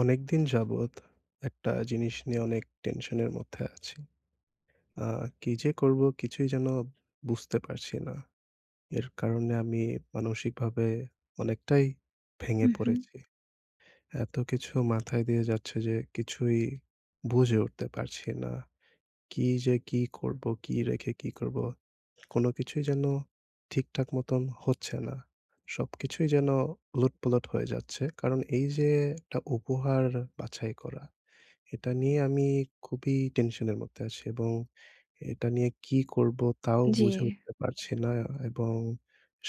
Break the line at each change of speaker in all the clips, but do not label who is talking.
অনেকদিন যাবৎ একটা জিনিস নিয়ে অনেক টেনশনের মধ্যে আছি। আ কি যে করব কিছুই যেন বুঝতে পারছি না। এর কারণে আমি মানসিকভাবে অনেকটাই ভেঙে
হুম, হুম।
পড়েছি। এত কিছু মাথায় দিয়ে যাচ্ছে যে কিছুই বুঝে উঠতে পারছি না। কি যে কি করব, কি রেখে কি করব? কোনো কিছুই যেন ঠিকঠাক মতন হচ্ছে না। সবকিছুই যেন উলটপালট হয়ে যাচ্ছে। কারণ এই যে একটা উপহার বাছাই করা এটা নিয়ে আমি খুবই টেনশনের মধ্যে আছি এবং এটা নিয়ে কি করব তাও
জি।
বুঝে উঠতে পারছি না এবং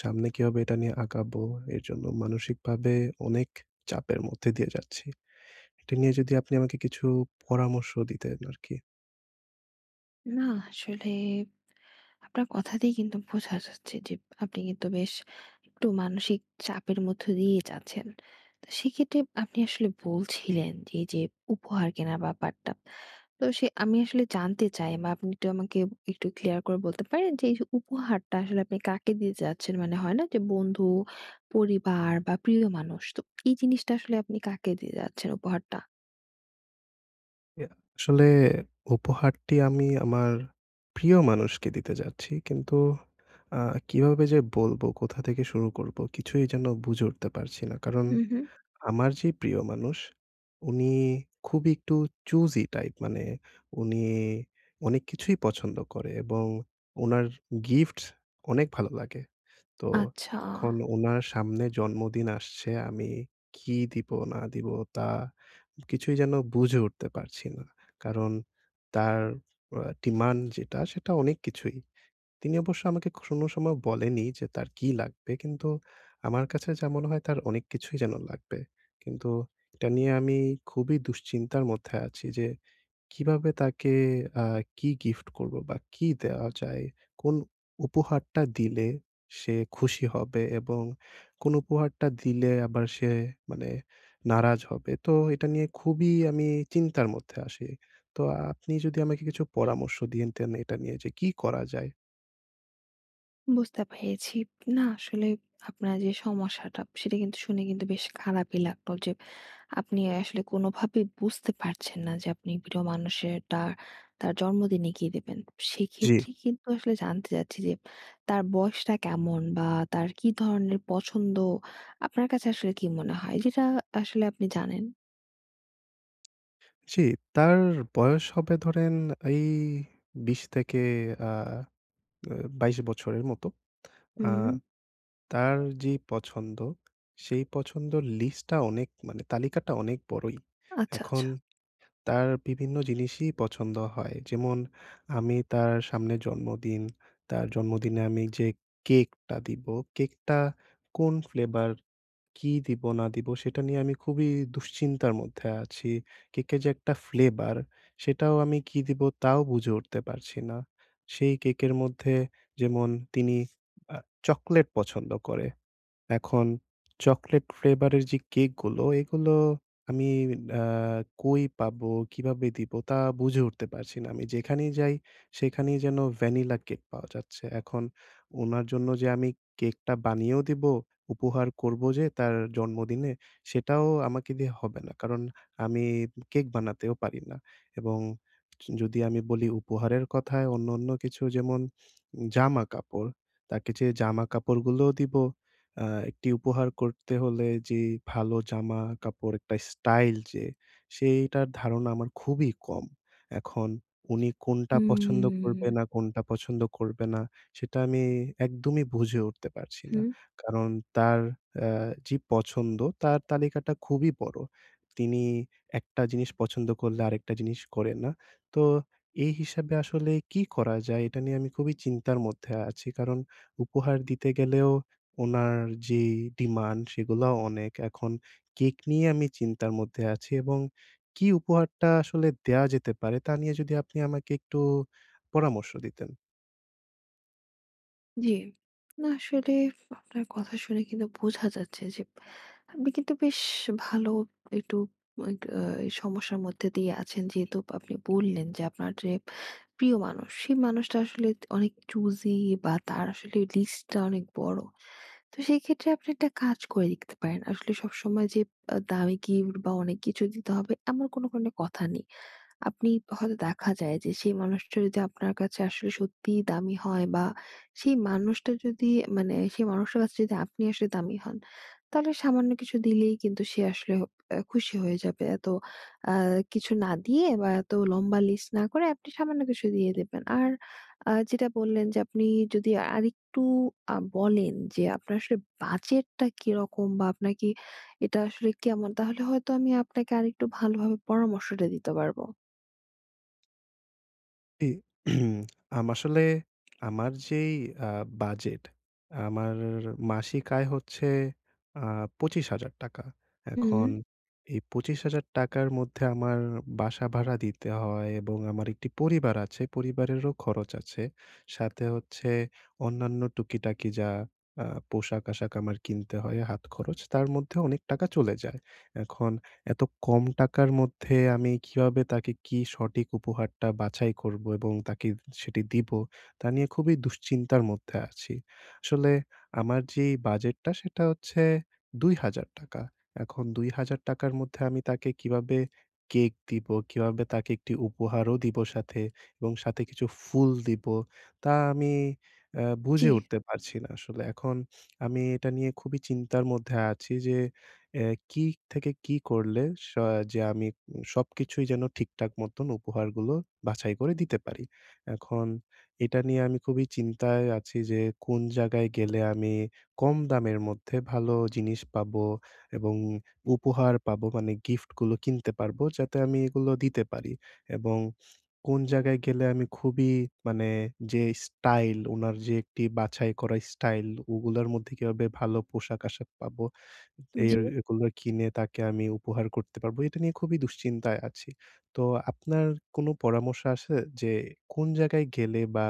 সামনে কিভাবে এটা নিয়ে আগাবো এর জন্য মানসিকভাবে অনেক চাপের মধ্যে দিয়ে যাচ্ছি। এটা নিয়ে যদি আপনি আমাকে কিছু পরামর্শ দিতেন আরকি।
না, আসলে আপনার কথাতেই কিন্তু বোঝা যাচ্ছে যে আপনি কিন্তু বেশ একটু মানসিক চাপের মধ্য দিয়ে যাচ্ছেন। তো সেক্ষেত্রে আপনি আসলে বলছিলেন যে এই যে উপহার কেনার ব্যাপারটা। তো সে আমি আসলে জানতে চাই বা আপনি একটু আমাকে একটু ক্লিয়ার করে বলতে পারেন যে এই যে উপহারটা আসলে আপনি কাকে দিতে যাচ্ছেন? মানে হয় না যে বন্ধু, পরিবার বা প্রিয় মানুষ। তো এই জিনিসটা আসলে আপনি কাকে দিয়ে যাচ্ছেন উপহারটা?
ইয়া আসলে উপহারটি আমি আমার প্রিয় মানুষকে দিতে যাচ্ছি। কিন্তু আ কিভাবে যে বলবো, কোথা থেকে শুরু করব কিছুই যেন বুঝে উঠতে পারছি না। কারণ
হুম, হুম।
আমার যে প্রিয় মানুষ, উনি খুবই একটু choosy টাইপ। মানে উনি অনেক কিছুই পছন্দ করে এবং উনার গিফটস অনেক ভালো লাগে। তো
আচ্ছা।
এখন উনার সামনে জন্মদিন আসছে। আমি কি দিব না দিব তা কিছুই যেন বুঝে উঠতে পারছি না। কারণ তার ডিমান্ড যেটা সেটা অনেক কিছুই। তিনি অবশ্য আমাকে কোনো সময় বলেনি যে তার কি লাগবে। কিন্তু আমার কাছে যা মনে হয় তার অনেক কিছুই যেন লাগবে। কিন্তু এটা নিয়ে আমি খুবই দুশ্চিন্তার মধ্যে আছি যে কিভাবে তাকে আ কি গিফট করব বা কি দেওয়া যায়? কোন উপহারটা দিলে সে খুশি হবে এবং কোন উপহারটা দিলে আবার সে মানে নারাজ হবে। তো এটা নিয়ে খুবই আমি চিন্তার মধ্যে আছি। তো আপনি যদি আমাকে কিছু পরামর্শ দিতেন এটা নিয়ে যে কি করা যায়?
বুঝতে পেরেছি। না, আসলে আপনার যে সমস্যাটা সেটা কিন্তু শুনে কিন্তু বেশ খারাপই লাগলো যে আপনি আসলে কোনোভাবেই বুঝতে পারছেন না যে আপনি প্রিয় মানুষেরটা তার তার জন্মদিনে কি দেবেন।
জি।
সেক্ষেত্রে কিন্তু আসলে জানতে চাচ্ছি যে তার বয়সটা কেমন বা তার কি ধরনের পছন্দ আপনার কাছে আসলে কি মনে হয়? যেটা আসলে আপনি জানেন?
জি, তার বয়স হবে ধরেন এই ২০ থেকে আ আ ২২ বছরের মতো। আ
হুম,
তার যে পছন্দ, সেই পছন্দর লিস্টটা অনেক মানে তালিকাটা অনেক বড়ই।
আচ্ছা,
এখন
আচ্ছা।
তার বিভিন্ন জিনিসই পছন্দ হয়। যেমন আমি তার সামনে জন্মদিন, তার জন্মদিনে আমি যে কেকটা দিব, কেকটা কোন ফ্লেভার কি দিব না দিব সেটা নিয়ে আমি খুবই দুশ্চিন্তার মধ্যে আছি। কেকের যে একটা ফ্লেভার সেটাও আমি কি দিব তাও বুঝে উঠতে পারছি না। সেই কেকের মধ্যে যেমন তিনি আ চকোলেট পছন্দ করে। এখন চকোলেট ফ্লেভার এর যে কেকগুলো, এগুলো আমি আ কই পাবো, কিভাবে দিব তা বুঝে উঠতে পারছি না। আমি যেখানেই যাই, সেখানেই যেন ভ্যানিলা কেক পাওয়া যাচ্ছে। এখন উনার জন্য যে আমি কেকটা বানিয়েও দিব, উপহার করব যে তার জন্মদিনে, সেটাও আমাকে দিয়ে হবে না। কারণ আমি কেক বানাতেও পারি না এবং যদি আমি বলি উপহারের কথা, অন্য কিছু যেমন জামাকাপড়। তাকে যে জামাকাপড়গুলোও দিবো, একটি উপহার করতে হলে যে ভালো জামাকাপড়, একটা স্টাইল যে, সেইটার ধারণা আমার খুবই কম। এখন উনি কোনটা পছন্দ করবে
হুম।
না, কোনটা পছন্দ করবে না, সেটা আমি একদমই বুঝে উঠতে পারছি না।
হুম,
কারণ তার পছন্দ তার তালিকাটা খুবই বড়। তিনি একটা জিনিস পছন্দ করলে আরেকটা জিনিস করেন না। তো এই হিসাবে আসলে কি করা যায়? এটা নিয়ে আমি খুবই চিন্তার মধ্যে আছি। কারণ উপহার দিতে গেলেও উনার যে ডিমান্ড সেগুলাও অনেক। এখন কেক নিয়ে আমি চিন্তার মধ্যে আছি এবং কি উপহারটা আসলে দেয়া যেতে পারে তা নিয়ে যদি আপনি আমাকে একটু পরামর্শ দিতেন।
জি। না, আসলে আপনার কথা শুনে কিন্তু বোঝা যাচ্ছে যে আপনি কিন্তু বেশ ভালো একটু এক আ এই সমস্যার মধ্যে দিয়ে আছেন। যেহেতু আপনি বললেন যে আপনার যে প্রিয় মানুষ, সেই মানুষটা আসলে অনেক চুজি বা তার আসলে লিস্টটা অনেক বড়। তো সেই ক্ষেত্রে আপনি একটা কাজ করে দেখতে পারেন। আসলে সবসময় যে দামি গিফট বা অনেক কিছু দিতে হবে এমন কোনো কথা নেই। আপনি হয়তো দেখা যায় যে সেই মানুষটা যদি আপনার কাছে আসলে সত্যিই দামি হয় বা সেই মানুষটা যদি মানে সেই মানুষটার কাছে যদি আপনি আসলে দামি হন, তাহলে সামান্য কিছু দিলেই কিন্তু সে আসলে খুশি হয়ে যাবে। এত কিছু না দিয়ে বা এত লম্বা লিস্ট না করে আপনি সামান্য কিছু দিয়ে দেবেন। আর যেটা বললেন যে আপনি যদি আরেকটু বলেন যে আপনার আসলে বাজেটটা কিরকম বা আপনার কি এটা আসলে কেমন, তাহলে হয়তো আমি আপনাকে আরেকটু ভালোভাবে পরামর্শটা দিতে পারবো।
জি। আসলে আমার যেই আ বাজেট, আমার মাসিক আয় হচ্ছে আ ৳২৫,০০০।
হুম,
এখন এই ৳২৫,০০০ র মধ্যে আমার বাসা ভাড়া দিতে হয় এবং আমার একটি পরিবার আছে, পরিবারেরও খরচ আছে। সাথে হচ্ছে অন্যান্য টুকিটাকি যা আ পোশাক-আশাক আমার কিনতে হয়, হাত খরচ, তার মধ্যে অনেক টাকা চলে যায়। এখন এত কম টাকার মধ্যে আমি কিভাবে তাকে কি সঠিক উপহারটা বাছাই করব এবং তাকে সেটি দিব তা নিয়ে খুবই দুশ্চিন্তার মধ্যে আছি। আসলে আমার যেই বাজেটটা সেটা হচ্ছে ৳২,০০০। এখন ৳২,০০০ র মধ্যে আমি তাকে কিভাবে কেক দিব, কিভাবে তাকে একটি উপহারও দিব সাথে এবং সাথে কিছু ফুল দিব তা আমি
জি,
বুঝে উঠতে পারছি না আসলে। এখন আমি এটা নিয়ে খুবই চিন্তার মধ্যে আছি যে কি থেকে কি করলে স যে আমি সবকিছুই যেন ঠিকঠাক মতন উপহারগুলো বাছাই করে দিতে পারি। এখন এটা নিয়ে আমি খুবই চিন্তায় আছি যে কোন জায়গায় গেলে আমি কম দামের মধ্যে ভালো জিনিস পাবো এবং উপহার পাবো মানে গিফটগুলো কিনতে পারবো যাতে আমি এগুলো দিতে পারি। এবং কোন জায়গায় গেলে আমি খুবই মানে যে স্টাইল উনার যে একটি বাছাই করা স্টাইল ওগুলার মধ্যে কিভাবে ভালো পোশাক-আশাক পাবো
জি,
এর এগুলো কিনে তাকে আমি উপহার করতে পারবো। এটা নিয়ে খুবই দুশ্চিন্তায় আছি। তো আপনার কোনো পরামর্শ আছে যে কোন জায়গায় গেলে বা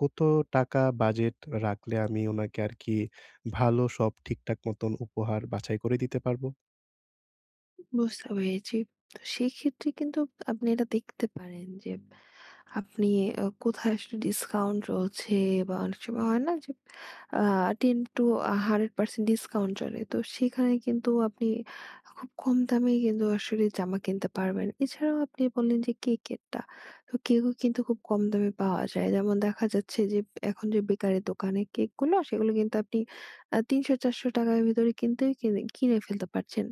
কত টাকা বাজেট রাখলে আমি ওনাকে আরকি ভালো সব ঠিকঠাক মতন উপহার বাছাই করে দিতে পারবো?
বুঝতে পেরেছি। তো সেক্ষেত্রে কিন্তু আপনি এটা দেখতে পারেন যে আপনি কোথায় আসলে ডিসকাউন্ট রয়েছে বা অনেক সময় হয় না যে আ 10 to 100% ডিসকাউন্ট চলে। তো সেখানে কিন্তু আপনি খুব কম দামেই কিন্তু আসলে জামা কিনতে পারবেন। এছাড়াও আপনি বললেন যে কেকেরটা। তো কেকও কিন্তু খুব কম দামে পাওয়া যায়। যেমন দেখা যাচ্ছে যে এখন যে বেকারি দোকানে কেকগুলো সেগুলো কিন্তু আপনি ৳৩০০-৳৪০০ র ভিতরে কিনতেই কিনে কিনে ফেলতে পারছেন।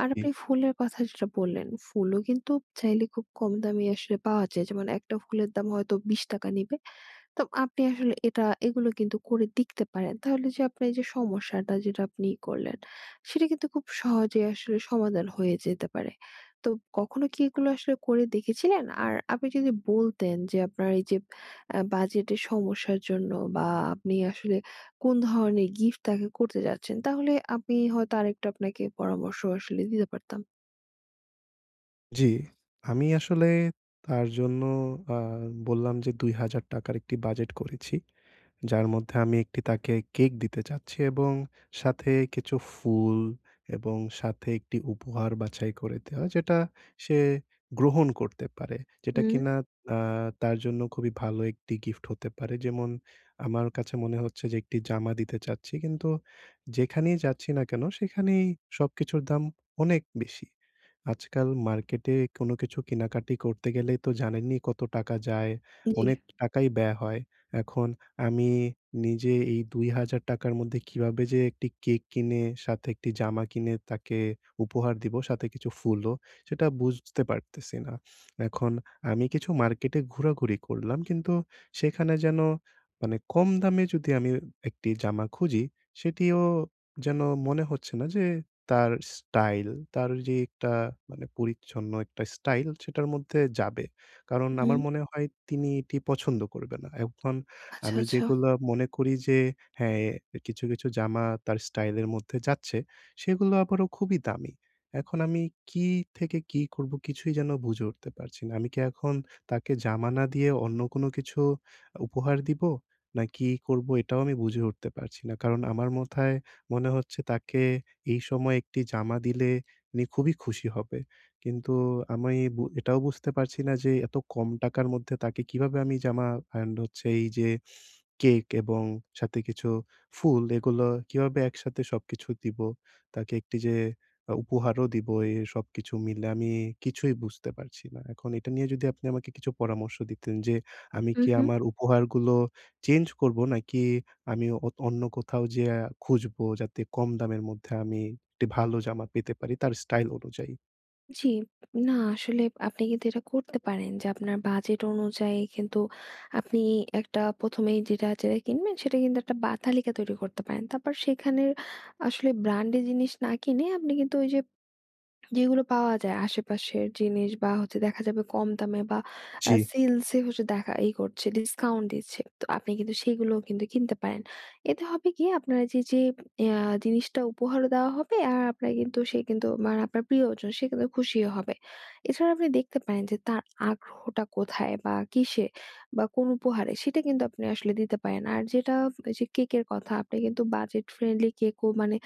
আর
জি,
আপনি ফুলের কথা যেটা বললেন, ফুলও কিন্তু চাইলে খুব কম দামে আসলে পাওয়া যায়। যেমন একটা ফুলের দাম হয়তো ৳২০ নিবে। তো আপনি আসলে এগুলো কিন্তু করে দেখতে পারেন। তাহলে যে আপনার এই যে সমস্যাটা যেটা আপনি করলেন, সেটা কিন্তু খুব সহজেই আসলে সমাধান হয়ে যেতে পারে। তো কখনো কি এগুলো আসলে করে দেখেছিলেন? আর আপনি যদি বলতেন যে আপনার এই যে বাজেটের সমস্যার জন্য বা আপনি আসলে কোন ধরনের গিফট তাকে করতে যাচ্ছেন, তাহলে আমি হয়তো আরেকটু আপনাকে পরামর্শ আসলে দিতে পারতাম।
জি। আমি আসলে তার জন্য আ বললাম যে ৳২,০০০ একটি বাজেট করেছি। যার মধ্যে আমি একটি তাকে কেক দিতে চাচ্ছি এবং সাথে কিছু ফুল এবং সাথে একটি উপহার বাছাই করে দেওয়া যেটা সে গ্রহণ করতে পারে। যেটা
হুম।
কিনা আ তার জন্য খুবই ভালো একটি গিফট হতে পারে। যেমন আমার কাছে মনে হচ্ছে যে একটি জামা দিতে চাচ্ছি। কিন্তু যেখানেই যাচ্ছি না কেন সেখানেই সবকিছুর দাম অনেক বেশি। আজকাল মার্কেটে কোনো কিছু কেনাকাটি করতে গেলেই তো জানেনই কত টাকা যায়।
জি।
অনেক টাকাই ব্যয় হয়। এখন আমি নিজে এই ২,০০০ র মধ্যে কিভাবে যে একটি কেক কিনে, সাথে একটি জামা কিনে তাকে উপহার দিব, সাথে কিছু ফুলও, সেটা বুঝতে পারতেছি না। এখন আমি কিছু মার্কেটে ঘোরাঘুরি করলাম, কিন্তু সেখানে যেন মানে কম দামে যদি আমি একটি জামা খুঁজি, সেটিও যেন মনে হচ্ছে না যে তার স্টাইল, তার যে একটা মানে পরিচ্ছন্ন একটা স্টাইল সেটার মধ্যে যাবে। কারণ
হুম।
আমার মনে হয় তিনি এটি পছন্দ করবে না। এখন
আচ্ছা,
আমি
আচ্ছা।
যেগুলা মনে করি যে হ্যাঁ, কিছু, কিছু জামা তার স্টাইল এর মধ্যে যাচ্ছে সেগুলো আবারও খুবই দামি। এখন আমি কি থেকে কি করব কিছুই যেন বুঝে উঠতে পারছি না। আমি কি এখন তাকে জামা না দিয়ে অন্য কোনো কিছু উপহার দিব? না কি করব এটাও আমি বুঝে উঠতে পারছি না। কারণ আমার মাথায় মনে হচ্ছে তাকে এই সময় একটি জামা দিলে উনি খুবই খুশি হবে। কিন্তু আমি এটাও বুঝতে পারছি না যে এত কম টাকার মধ্যে তাকে কিভাবে আমি জামা and হচ্ছে এই যে কেক এবং সাথে কিছু ফুল এগুলো কিভাবে একসাথে সবকিছু দিবো? তাকে একটি যে উপহারও দিব এ সবকিছু মিলে আমি কিছুই বুঝতে পারছি না। এখন এটা নিয়ে যদি আপনি আমাকে কিছু পরামর্শ দিতেন যে আমি
হুম,
কি
হুম।
আমার উপহারগুলো চেঞ্জ করব নাকি আমি অন্য কোথাও যেয়ে খুঁজবো যাতে কম দামের মধ্যে আমি একটি ভালো জামা পেতে পারি তার স্টাইল অনুযায়ী?
জি। না, আসলে আপনি কিন্তু এটা করতে পারেন যে আপনার বাজেট অনুযায়ী কিন্তু আপনি একটা ১ম এই যেটা কিনবেন সেটা কিন্তু একটা বা তালিকা তৈরি করতে পারেন। তারপর সেখানের আসলে ব্র্যান্ডের জিনিস না কিনে আপনি কিন্তু ওই যে যেগুলো পাওয়া যায় আশেপাশের জিনিস বা হচ্ছে দেখা যাবে কম দামে বা
জি।
সেলসে হচ্ছে দেখা ই করছে, ডিসকাউন্ট দিচ্ছে। তো আপনি কিন্তু সেগুলোও কিন্তু কিনতে পারেন। এতে হবে কি আপনার যে আ জিনিসটা উপহারও দেওয়া হবে আর আপনার কিন্তু সে কিন্তু মানে আপনার প্রিয়জন সে কিন্তু খুশিও হবে। এছাড়া আপনি দেখতে পারেন যে তার আগ্রহটা কোথায় বা কিসে বা কোন উপহারে, সেটা কিন্তু আপনি আসলে দিতে পারেন। আর যেটা ওই যে কেকের কথা আপনি কিন্তু বাজেট ফ্রেন্ডলি কেকও মানে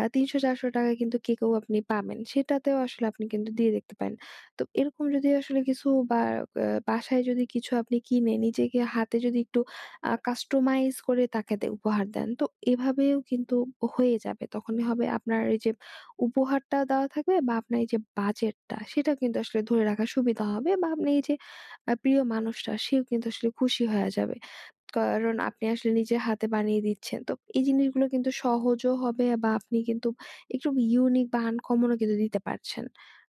৳৩০০-৳৪০০ কিন্তু কেকেও আপনি পাবেন। সেটাতেও আসলে আপনি কিন্তু দিয়ে দেখতে পারেন। তো এরকম যদি আসলে কিছু বা বাসায় যদি কিছু আপনি কিনে নিজেকে হাতে যদি একটু কাস্টমাইজ করে তাকে উপহার দেন, তো এভাবেও কিন্তু হয়ে যাবে। তখনই হবে আপনার এই যে উপহারটা দেওয়া থাকবে বা আপনার এই যে বাজেটটা সেটা কিন্তু আসলে ধরে রাখা সুবিধা হবে বা আপনি এই যে প্রিয় মানুষটা সেও কিন্তু আসলে খুশি হয়ে যাবে। কারণ আপনি আসলে নিজের হাতে বানিয়ে দিচ্ছেন। তো এই জিনিসগুলো কিন্তু সহজও হবে বা আপনি কিন্তু একটু ইউনিক বা আনকমন ও কিন্তু দিতে পারছেন।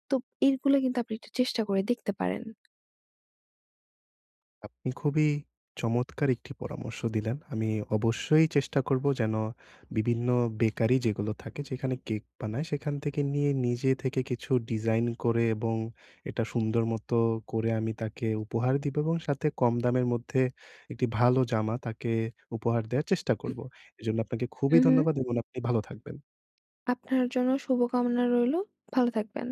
তো এইগুলো কিন্তু আপনি একটু চেষ্টা করে দেখতে পারেন।
আপনি খুবই চমৎকার একটি পরামর্শ দিলেন। আমি অবশ্যই চেষ্টা করব যেন বিভিন্ন বেকারি যেগুলো থাকে যেখানে কেক বানায় সেখান থেকে নিয়ে নিজে থেকে কিছু ডিজাইন করে এবং এটা সুন্দর মতো করে আমি তাকে উপহার দিব এবং সাথে কম দামের মধ্যে একটি ভালো জামা তাকে উপহার দেয়ার চেষ্টা করব। এজন্য আপনাকে
হু,
খুবই
হু।
ধন্যবাদ এবং আপনি ভালো থাকবেন।
আপনার জন্য শুভকামনা রইলো। ভালো থাকবেন।